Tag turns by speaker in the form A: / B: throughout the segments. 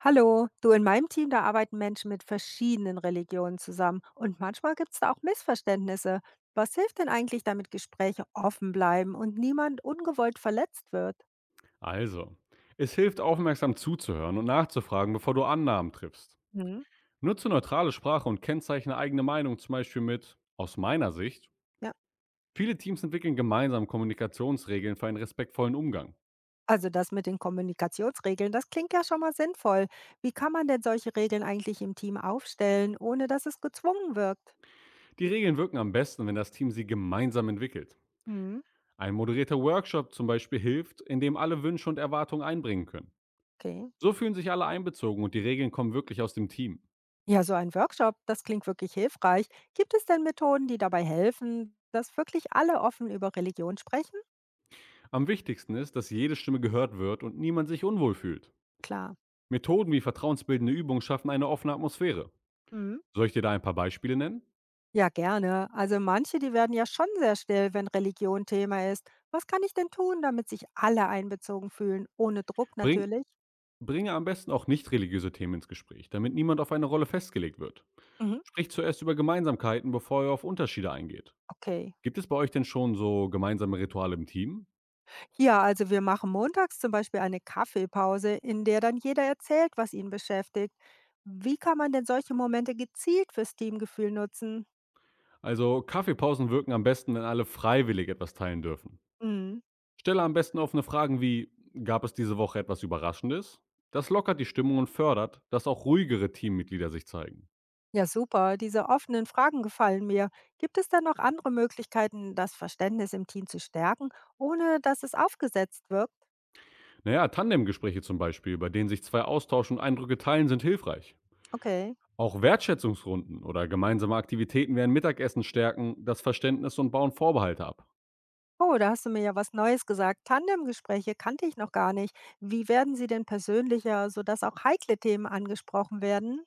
A: Hallo, du in meinem Team, da arbeiten Menschen mit verschiedenen Religionen zusammen und manchmal gibt es da auch Missverständnisse. Was hilft denn eigentlich, damit Gespräche offen bleiben und niemand ungewollt verletzt wird?
B: Also, es hilft aufmerksam zuzuhören und nachzufragen, bevor du Annahmen triffst.
A: Mhm.
B: Nutze neutrale Sprache und kennzeichne eigene Meinung, zum Beispiel mit aus meiner Sicht.
A: Ja,
B: Viele Teams entwickeln gemeinsam Kommunikationsregeln für einen respektvollen Umgang.
A: also das mit den Kommunikationsregeln, das klingt ja schon mal sinnvoll. Wie kann man denn solche Regeln eigentlich im Team aufstellen, ohne dass es gezwungen wirkt?
B: Die Regeln wirken am besten, wenn das Team sie gemeinsam entwickelt.
A: Mhm.
B: Ein moderierter Workshop zum Beispiel hilft, in dem alle Wünsche und Erwartungen einbringen können.
A: Okay.
B: So fühlen sich alle einbezogen und die Regeln kommen wirklich aus dem Team.
A: Ja, so ein Workshop, das klingt wirklich hilfreich. Gibt es denn Methoden, die dabei helfen, dass wirklich alle offen über Religion sprechen?
B: Am wichtigsten ist, dass jede Stimme gehört wird und niemand sich unwohl fühlt.
A: Klar.
B: Methoden wie vertrauensbildende Übungen schaffen eine offene Atmosphäre.
A: Mhm.
B: Soll ich dir da ein paar Beispiele nennen?
A: Ja, gerne. Also manche, die werden ja schon sehr still, wenn Religion Thema ist. Was kann ich denn tun, damit sich alle einbezogen fühlen, ohne Druck
B: Bring,
A: natürlich?
B: bringe am besten auch nicht religiöse Themen ins Gespräch, damit niemand auf eine Rolle festgelegt wird.
A: Mhm.
B: Spricht zuerst über Gemeinsamkeiten, bevor ihr auf Unterschiede eingeht.
A: Okay.
B: Gibt es bei euch denn schon so gemeinsame Rituale im Team?
A: Ja, also wir machen montags zum Beispiel eine Kaffeepause, in der dann jeder erzählt, was ihn beschäftigt. Wie kann man denn solche Momente gezielt fürs Teamgefühl nutzen?
B: Also Kaffeepausen wirken am besten, wenn alle freiwillig etwas teilen dürfen.
A: Hm.
B: Stelle am besten offene Fragen wie, gab es diese Woche etwas Überraschendes? Das lockert die Stimmung und fördert, dass auch ruhigere Teammitglieder sich zeigen.
A: Ja, super. Diese offenen Fragen gefallen mir. Gibt es denn noch andere Möglichkeiten, das Verständnis im Team zu stärken, ohne dass es aufgesetzt wirkt?
B: Naja, Tandemgespräche zum Beispiel, bei denen sich zwei austauschen und Eindrücke teilen, sind hilfreich.
A: Okay.
B: Auch Wertschätzungsrunden oder gemeinsame Aktivitäten wie ein Mittagessen stärken das Verständnis und bauen Vorbehalte ab.
A: Oh, da hast du mir ja was Neues gesagt. Tandemgespräche kannte ich noch gar nicht. Wie werden sie denn persönlicher, sodass auch heikle Themen angesprochen werden?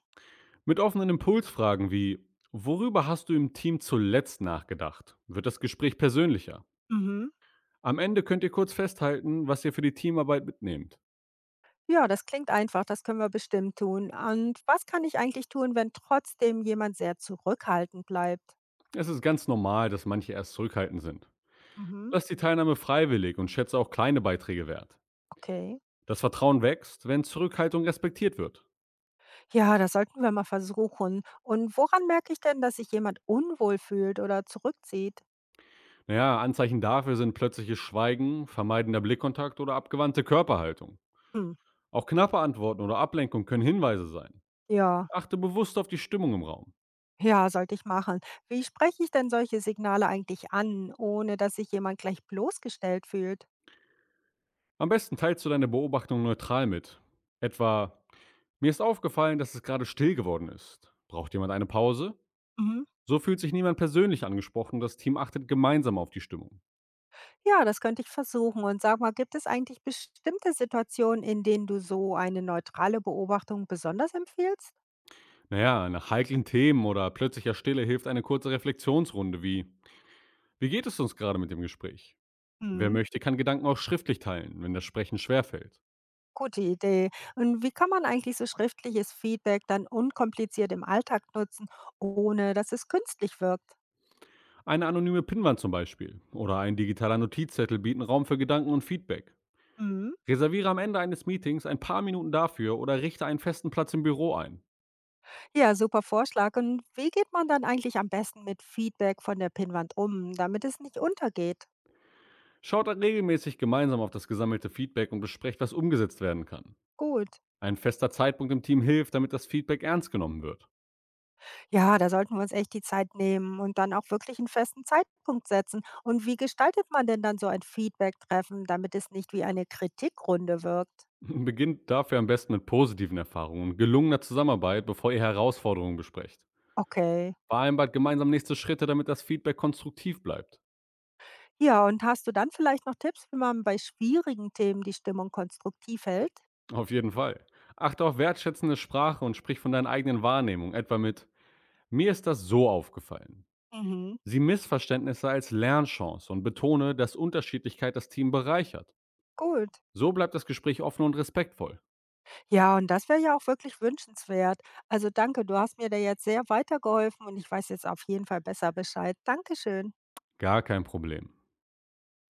B: Mit offenen Impulsfragen wie Worüber hast du im Team zuletzt nachgedacht? Wird das Gespräch persönlicher.
A: Mhm.
B: Am Ende könnt ihr kurz festhalten, was ihr für die Teamarbeit mitnehmt.
A: Ja, das klingt einfach, das können wir bestimmt tun. Und was kann ich eigentlich tun, wenn trotzdem jemand sehr zurückhaltend bleibt?
B: Es ist ganz normal, dass manche erst zurückhaltend sind.
A: Mhm.
B: Lasst die Teilnahme freiwillig und schätze auch kleine Beiträge wert.
A: Okay.
B: Das Vertrauen wächst, wenn Zurückhaltung respektiert wird.
A: Ja, das sollten wir mal versuchen. Und woran merke ich denn, dass sich jemand unwohl fühlt oder zurückzieht?
B: Naja, Anzeichen dafür sind plötzliches Schweigen, vermeidender Blickkontakt oder abgewandte Körperhaltung.
A: Hm.
B: Auch knappe Antworten oder Ablenkung können Hinweise sein.
A: Ja.
B: Achte bewusst auf die Stimmung im Raum.
A: Ja, sollte ich machen. Wie spreche ich denn solche Signale eigentlich an, ohne dass sich jemand gleich bloßgestellt fühlt?
B: Am besten teilst du deine Beobachtung neutral mit. Etwa, mir ist aufgefallen, dass es gerade still geworden ist. Braucht jemand eine Pause?
A: Mhm.
B: So fühlt sich niemand persönlich angesprochen, das Team achtet gemeinsam auf die Stimmung.
A: Ja, das könnte ich versuchen. Und sag mal, gibt es eigentlich bestimmte Situationen, in denen du so eine neutrale Beobachtung besonders empfiehlst?
B: Naja, nach heiklen Themen oder plötzlicher Stille hilft eine kurze Reflexionsrunde wie, wie geht es uns gerade mit dem Gespräch? Wer
A: Mhm.
B: möchte, kann Gedanken auch schriftlich teilen, wenn das Sprechen schwerfällt.
A: Gute Idee. Und wie kann man eigentlich so schriftliches Feedback dann unkompliziert im Alltag nutzen, ohne dass es künstlich wirkt?
B: Eine anonyme Pinnwand zum Beispiel oder ein digitaler Notizzettel bieten Raum für Gedanken und Feedback.
A: Mhm.
B: Reserviere am Ende eines Meetings ein paar Minuten dafür oder richte einen festen Platz im Büro ein.
A: Ja, super Vorschlag. Und wie geht man dann eigentlich am besten mit Feedback von der Pinnwand um, damit es nicht untergeht?
B: Schaut dann regelmäßig gemeinsam auf das gesammelte Feedback und besprecht, was umgesetzt werden kann.
A: Gut.
B: Ein fester Zeitpunkt im Team hilft, damit das Feedback ernst genommen wird.
A: Ja, da sollten wir uns echt die Zeit nehmen und dann auch wirklich einen festen Zeitpunkt setzen. Und wie gestaltet man denn dann so ein Feedback-Treffen, damit es nicht wie eine Kritikrunde wirkt?
B: Beginnt dafür am besten mit positiven Erfahrungen und gelungener Zusammenarbeit, bevor ihr Herausforderungen besprecht.
A: Okay.
B: Vereinbart gemeinsam nächste Schritte, damit das Feedback konstruktiv bleibt.
A: Ja, und hast du dann vielleicht noch Tipps, wie man bei schwierigen Themen die Stimmung konstruktiv hält?
B: Auf jeden Fall. Achte auf wertschätzende Sprache und sprich von deinen eigenen Wahrnehmungen, etwa mit Mir ist das so aufgefallen.
A: Mhm.
B: Sieh Missverständnisse als Lernchance und betone, dass Unterschiedlichkeit das Team bereichert.
A: Gut.
B: So bleibt das Gespräch offen und respektvoll.
A: Ja, und das wäre ja auch wirklich wünschenswert. Also danke, du hast mir da jetzt sehr weitergeholfen und ich weiß jetzt auf jeden Fall besser Bescheid. Dankeschön.
B: Gar kein Problem.